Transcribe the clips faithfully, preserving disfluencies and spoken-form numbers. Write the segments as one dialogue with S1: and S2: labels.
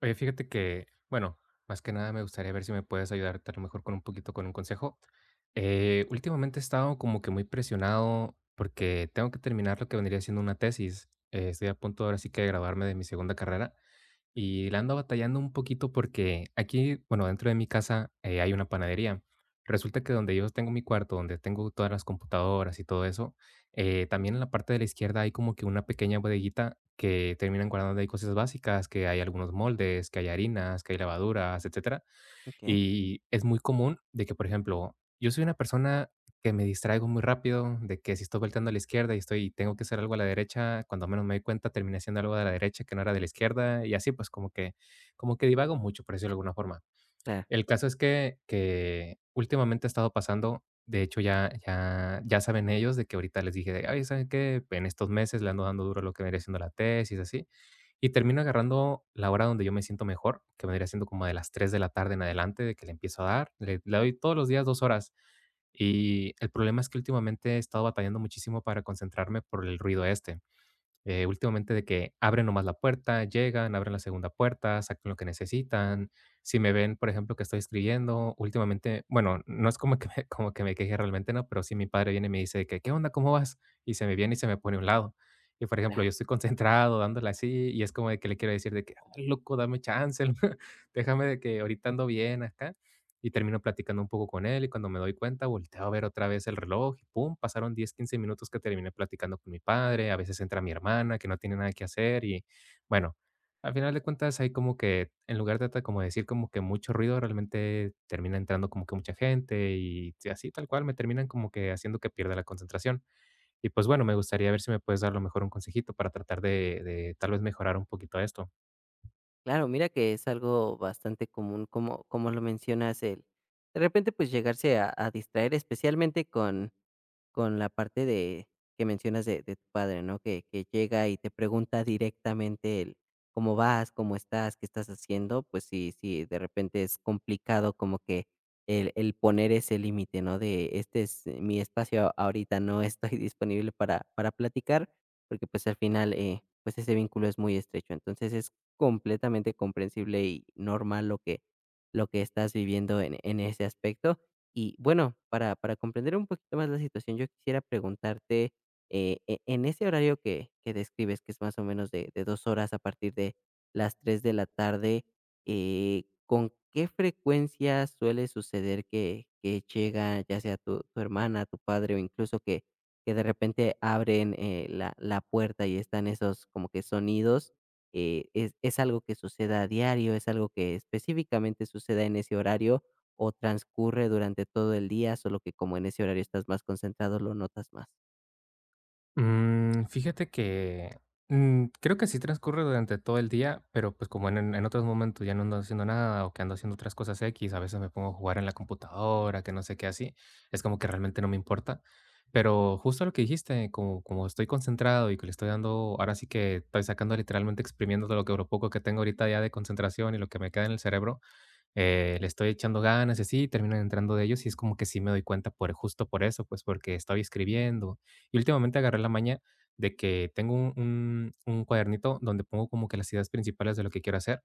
S1: Oye, fíjate que, bueno, más que nada me gustaría ver si me puedes ayudar a lo mejor con un poquito con un consejo. Eh, últimamente he estado como que muy presionado porque tengo que terminar lo que vendría siendo una tesis. Eh, estoy a punto ahora sí que de graduarme de mi segunda carrera y la ando batallando un poquito porque aquí, bueno, dentro de mi casa eh, hay una panadería. Resulta que donde yo tengo mi cuarto, donde tengo todas las computadoras y todo eso, eh, también en la parte de la izquierda hay como que una pequeña bodeguita que terminan guardando ahí cosas básicas, que hay algunos moldes, que hay harinas, que hay lavaduras, etcétera.
S2: Okey,
S1: Y es muy común de que, por ejemplo, yo soy una persona que me distraigo muy rápido, de que si estoy volteando a la izquierda y estoy y tengo que hacer algo a la derecha, cuando menos me doy cuenta terminé haciendo algo de la derecha que no era de la izquierda y así pues como que como que divago mucho, por decirlo de alguna forma.
S2: claro,
S1: El caso es que que últimamente ha estado pasando, de hecho ya ya ya saben ellos de que ahorita les dije de: "Ay, ¿saben qué? En estos meses le ando dando duro a lo que vendría siendo la tesis", así. Y termino agarrando la hora donde yo me siento mejor, que vendría siendo como de las tres de la tarde en adelante, de que le empiezo a dar. Le, le doy todos los días dos horas. Y el problema es que últimamente he estado batallando muchísimo para concentrarme por el ruido este. Eh, últimamente de que abren nomás la puerta, llegan, abren la segunda puerta, sacan lo que necesitan. Si me ven, por ejemplo, que estoy escribiendo, últimamente, bueno, no es como que me, como que me queje realmente, no, pero si mi padre viene y me dice de que, ¿qué onda? ¿Cómo vas? Y se me viene y se me pone a un lado. Y por ejemplo,
S2: claro,
S1: yo estoy concentrado dándole así y es como de que le quiero decir de que: "Ah, loco, dame chance, déjame, de que ahorita ando bien acá". Y
S2: sí.
S1: termino platicando un poco con él y cuando me doy cuenta, volteo a ver otra vez el reloj y pum, pasaron diez quince minutos que terminé platicando con mi padre, a veces entra mi hermana que no tiene nada que hacer y bueno, al final de cuentas hay como que, en lugar de ta- como decir como que mucho ruido, realmente termina entrando como que mucha gente y sí, así tal cual me terminan como que haciendo que pierda la concentración. Y pues bueno, me gustaría ver si me puedes dar a lo mejor un consejito para tratar de, de tal vez mejorar un poquito esto.
S2: Claro, mira que es algo bastante común, como, como lo mencionas, el de repente pues llegarse a, a distraer, especialmente con, con la parte de que mencionas de, de tu padre, ¿no? Que, que llega y te pregunta directamente el cómo vas, cómo estás, qué estás haciendo, pues sí, sí, de repente es complicado como que el, el poner ese límite, ¿no? De este es mi espacio ahorita, no estoy disponible para, para platicar, porque pues al final eh, pues ese vínculo es muy estrecho. Entonces es completamente comprensible y normal lo que, lo que estás viviendo en, en ese aspecto. Y bueno, para, para comprender un poquito más la situación, yo quisiera preguntarte, eh, e- en ese horario que, que describes, que es más o menos de, de dos horas a partir de las tres de la tarde, eh, ¿con qué frecuencia suele suceder que, que llega ya sea tu, tu hermana, tu padre o incluso que, que de repente abren eh, la, la puerta y están esos como que sonidos eh, ¿es es algo que suceda a diario?, ¿es algo que específicamente suceda en ese horario o transcurre durante todo el día, solo que como en ese horario estás más concentrado, lo notas más?
S1: Mm, fíjate que, mm, creo que sí transcurre durante todo el día, pero, pues, como en en en otros momentos ya no ando haciendo nada, o que ando haciendo otras cosas equis, a veces me pongo a jugar en la computadora, que no sé qué así, es como que realmente no me importa. Pero justo lo que dijiste, como como estoy concentrado y que le estoy dando, ahora sí que estoy sacando, literalmente exprimiendo de lo que, lo poco que tengo ahorita ya de concentración y lo que me queda en el cerebro, eh, le estoy echando ganas y así, terminan entrando de ellos y es como que sí me doy cuenta, por justo por eso, pues porque estoy escribiendo. Y últimamente agarré la maña de que tengo un, un- un cuadernito donde pongo como que las ideas principales de lo que quiero hacer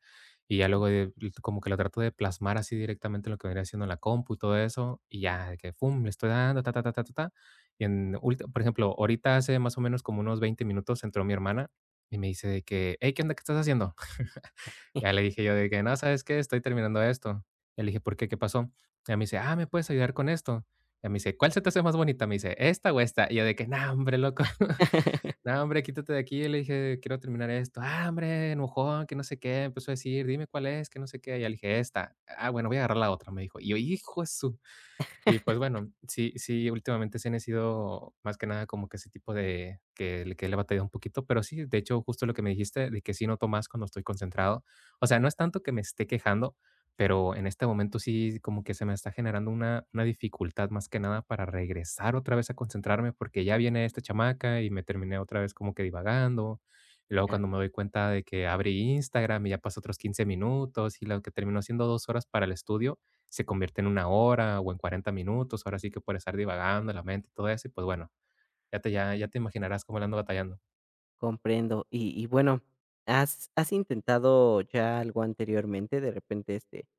S1: y ya luego de- como que lo trato de plasmar así directamente en lo que venía haciendo en la compu y todo eso, y ya de que, ¡pum!, le estoy dando, ta, ta, ta, ta, ta, ta. Y en, ulti- por ejemplo, ahorita hace más o menos como unos veinte minutos entró mi hermana y me dice de que: "Hey, ¿qué onda? ¿Qué estás haciendo?". Ya le dije yo de que: "No, ¿sabes qué? Estoy terminando esto". Ya le dije: "¿Por qué? ¿Qué pasó?". Ya me dice: "Ah, ¿me puedes ayudar con esto?". Ya me dice: "¿Cuál se te hace más bonita?". Me dice: "¿Esta o esta?". Y yo de que: "No, hombre, loco. No, hombre, quítate de aquí". Le dije: "Quiero terminar esto". "Ah, hombre, enojón, que no sé qué". Empezó a decir: "Dime cuál es, que no sé qué". Ya le dije: "Esta". "Ah, bueno, voy a agarrar la otra", me dijo. Y yo: "Hijo de su". Y pues bueno, sí sí, últimamente sí han sido más que nada como que ese tipo, de que le que le he batallado un poquito, pero sí, de hecho, justo lo que me dijiste, de que sí noto más cuando estoy concentrado. O sea, no es tanto que me esté quejando, pero en este momento sí como que se me está generando una una dificultad más que nada para regresar otra vez a concentrarme, porque ya viene esta chamaca y me terminé otra vez como que divagando. Y luego
S2: Ya,
S1: cuando me doy cuenta de que abrí Instagram y ya pasó otros quince minutos, y lo que terminó siendo dos horas para el estudio se convierte en una hora o en cuarenta minutos, ahora sí que por estar divagando la mente y todo eso, y pues bueno, ya te, ya, ya te imaginarás cómo le ando batallando.
S2: comprendo. Y y bueno, ¿has has intentado ya algo anteriormente? De repente, este,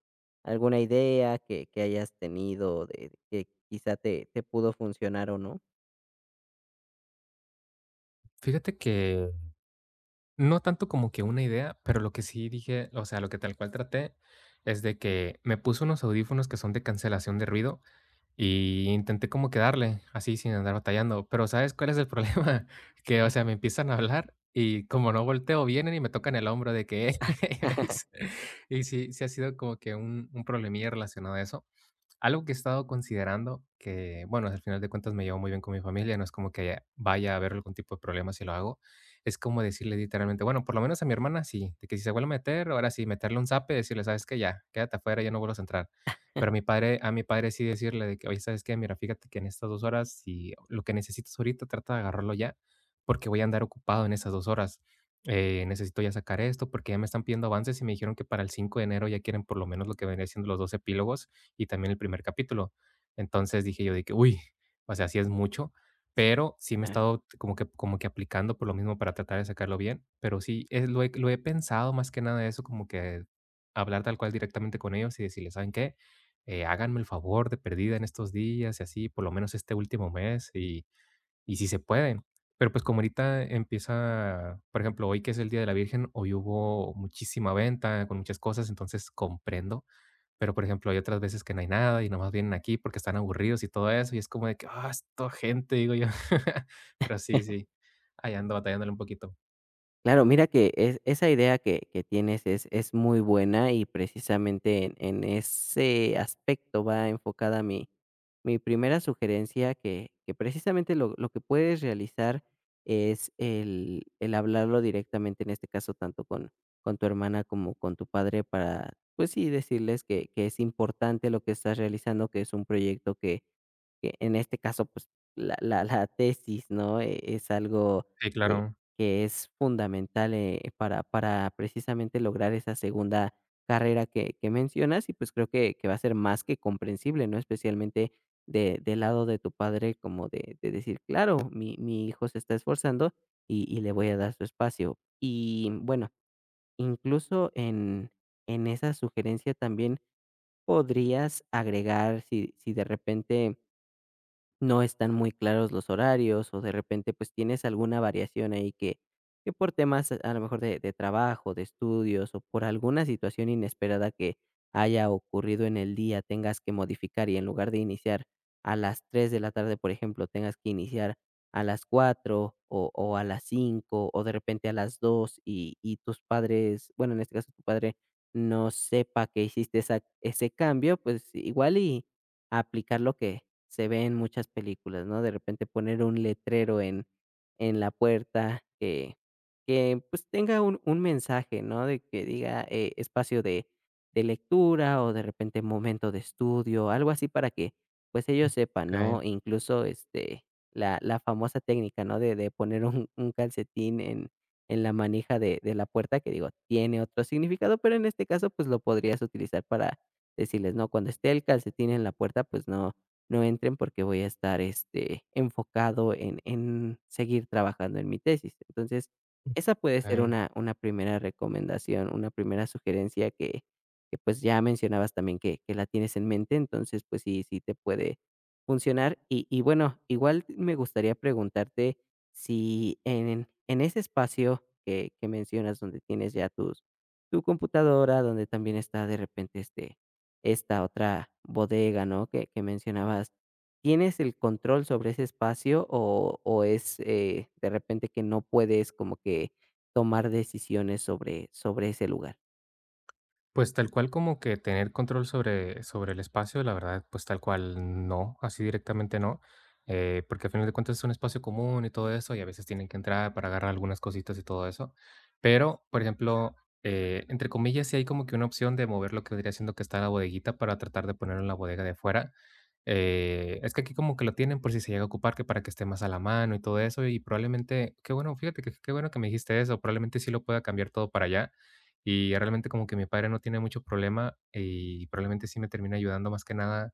S2: alguna idea que que hayas tenido de de que quizá te te pudo funcionar o no.
S1: Fíjate que no tanto como que una idea, pero lo que sí dije, o sea, lo que tal cual traté es de que me puse unos audífonos que son de cancelación de ruido y intenté como quedarle así sin andar batallando, pero ¿sabes cuál es el problema? Que, o sea, me empiezan a hablar y como no volteo, vienen y me tocan el hombro de que... y sí, sí ha sido como que un, un problemilla relacionado a eso. Algo que he estado considerando que, bueno, al final de cuentas me llevo muy bien con mi familia, no es como que haya- vaya a haber algún tipo de problema si lo hago. Es como decirle literalmente, bueno, por lo menos a mi hermana sí, de que si se vuelve a meter, ahora sí, meterle un zape, decirle: "Sabes que ya, quédate afuera, ya no vuelvas a entrar". Pero a mi padre, a mi padre sí decirle de que: "Oye, sabes qué, mira, fíjate que en estas dos horas, si lo que necesitas ahorita, trata de agarrarlo ya, porque voy a andar ocupado en esas dos horas". Eh, necesito ya sacar esto porque ya me están pidiendo avances y me dijeron que para el cinco de enero ya quieren por lo menos lo que venía siendo los dos epílogos y también el primer capítulo. Entonces dije yo de que, uy, o sea, sí es mucho, pero sí me he estado como que, como que aplicando por lo mismo para tratar de sacarlo bien, pero sí, es, lo, he, lo he pensado más que nada eso, como que hablar tal cual directamente con ellos y decirles: "¿Saben qué? Eh, háganme el favor de perdida en estos días y así, por lo menos este último mes y, y si se pueden". Pero pues como ahorita empieza, por ejemplo, hoy que es el Día de la Virgen, hoy hubo muchísima venta con muchas cosas, entonces comprendo, pero, por ejemplo, hay otras veces que no hay nada y nomás vienen aquí porque están aburridos y todo eso, y es como de que: "Ah, esta gente", digo yo. Pero sí, sí, ahí ando batallándole un poquito.
S2: Claro, mira que es esa idea que que tienes es es muy buena y precisamente en en ese aspecto va enfocada mi mi primera sugerencia que que precisamente lo lo que puedes realizar es el el hablarlo directamente, en este caso, tanto con con tu hermana como con tu padre para, pues sí, decirles que que es importante lo que estás realizando, que es un proyecto que que en este caso, pues, la la la tesis, ¿no? Eh, es algo,
S1: Sí,
S2: eh
S1: claro.
S2: que es fundamental, eh, para para precisamente lograr esa segunda carrera que que mencionas y, pues, creo que que va a ser más que comprensible, ¿no? Especialmente de del lado de tu padre, como de de decir: "Claro, mi mi hijo se está esforzando y y le voy a dar su espacio". Y, bueno, incluso en en esa sugerencia también podrías agregar si si de repente no están muy claros los horarios, o de repente, pues, tienes alguna variación ahí que que por temas, a lo mejor, de de trabajo, de estudios, o por alguna situación inesperada que haya ocurrido en el día, tengas que modificar, y en lugar de iniciar a las tres de la tarde, por ejemplo, tengas que iniciar a las cuatro o o a las cinco o de repente a las dos y y tus padres, bueno, en este caso, tu padre no sepa que hiciste esa ese cambio, pues, igual y aplicar lo que se ve en muchas películas, ¿no? De repente poner un letrero en, en la puerta que, que pues tenga un, un mensaje, ¿no? De que diga eh, espacio de, de lectura o de repente momento de estudio, algo así para que pues ellos sepan,
S1: Okey,
S2: ¿no? Incluso este, la, la famosa técnica, ¿no? De, de poner un, un calcetín en, en la manija de, de la puerta, que digo, tiene otro significado, pero en este caso pues lo podrías utilizar para decirles, ¿no? Cuando esté el calcetín en la puerta, pues no, no entren porque voy a estar, este, enfocado en en seguir trabajando en mi tesis. Entonces, esa puede ser
S1: okey.
S2: una una primera recomendación, una primera sugerencia que que, pues, ya mencionabas también que que la tienes en mente, entonces, pues sí sí te puede funcionar. Y y bueno, igual me gustaría preguntarte si en en ese espacio que que mencionas donde tienes ya tus tu computadora, donde también está de repente, este, esta otra bodega, ¿no? Que, que mencionabas. ¿Tienes el control sobre ese espacio o, o es eh, de repente que no puedes como que tomar decisiones sobre, sobre ese lugar?
S1: Pues tal cual como que tener control sobre, sobre, el espacio, la verdad, pues tal cual no, así directamente no, eh, porque al final de cuentas es un espacio común y todo eso, y a veces tienen que entrar para agarrar algunas cositas y todo eso. Pero, por ejemplo, eh, entre comillas, sí hay como que una opción de mover lo que vendría siendo que está la bodeguita para tratar de ponerlo en la bodega de afuera. Eh, es que aquí como que lo tienen por si se llega a ocupar, que para que esté más a la mano y todo eso, y probablemente, qué bueno, fíjate que qué bueno que me dijiste eso, probablemente sí lo pueda cambiar todo para allá y realmente como que mi padre no tiene mucho problema, y probablemente sí me termina ayudando más que nada.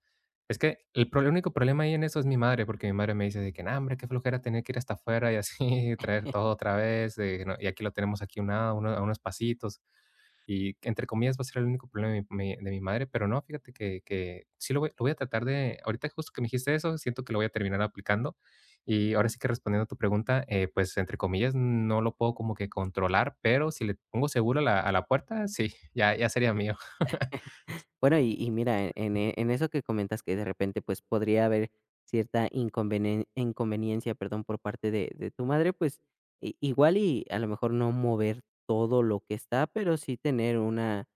S1: Es que el pro el único problema ahí en eso es mi madre, porque mi madre me dice de que: "No, hombre, qué flojera tener que ir hasta afuera y así traer todo otra vez, eh, no, y aquí lo tenemos aquí a un lado, uno a unos pasitos". Y entre comillas va a ser el único problema de mi mi- de mi madre, pero no, fíjate que que sí lo voy lo voy a tratar, de ahorita justo que me dijiste eso, siento que lo voy a terminar aplicando. Y ahora sí que respondiendo a tu pregunta, eh, pues, entre comillas, no lo puedo como que controlar, pero si le pongo seguro a la a la puerta, sí, ya ya sería mío.
S2: Bueno, y y mira, en en e en eso que comentas que de repente, pues, podría haber cierta inconvenien inconveniencia, perdón, por parte de de tu madre, pues, i igual y a lo mejor no mover todo lo que está, pero sí tener una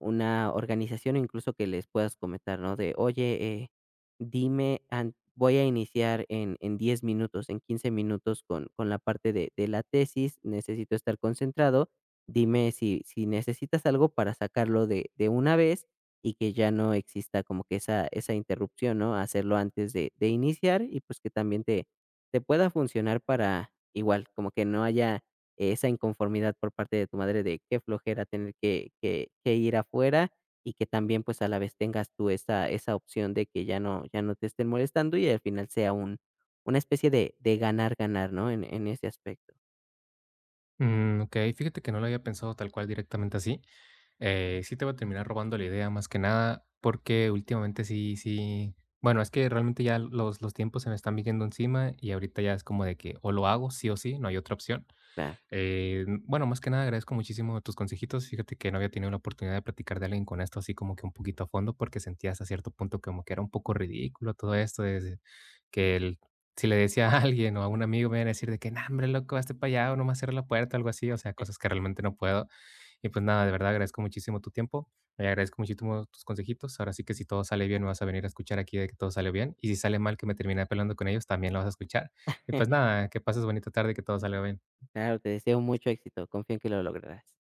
S2: una organización, incluso que les puedas comentar, ¿no? De: "Oye, eh, dime an voy a iniciar en en diez minutos, en quince minutos con con la parte de de la tesis, necesito estar concentrado, dime si si necesitas algo para sacarlo de de una vez y que ya no exista como que esa esa interrupción, ¿no? Hacerlo antes de de iniciar y, pues, que también te te pueda funcionar para igual, como que no haya esa inconformidad por parte de tu madre de qué flojera tener que que que ir afuera y que también, pues, a la vez tengas tú esa esa opción de que ya no ya no te estén molestando y al final sea un una especie de de ganar, ganar, ¿no? En en ese aspecto.
S1: Mm, okey, fíjate que no lo había pensado tal cual directamente así. Eh, sí te va a terminar robando la idea más que nada, porque últimamente sí sí bueno, es que realmente ya los los tiempos se me están viniendo encima y ahorita ya es como de que o lo hago sí o sí, no hay otra opción.
S2: Claro,
S1: Eh, bueno, más que nada agradezco muchísimo tus consejitos. Fíjate que no había tenido la oportunidad de platicar de alguien con esto así como que un poquito a fondo, porque sentía hasta cierto punto como que era un poco ridículo todo esto de que el- si le decía a alguien o a un amigo me iban a decir de que, no, hombre, loco, hazte para allá o no me cierra la puerta, algo así, o sea, cosas que realmente no puedo. Y pues nada, de verdad agradezco muchísimo tu tiempo, eh, agradezco muchísimo tus consejitos. Ahora sí que si todo sale bien, me vas a venir a escuchar aquí de que todo sale bien. Y si sale mal, que me terminé peleando con ellos, también lo vas a escuchar. Y pues nada, que pases bonita tarde, y que todo salga bien.
S2: claro, te deseo mucho éxito, confío en que lo lograrás.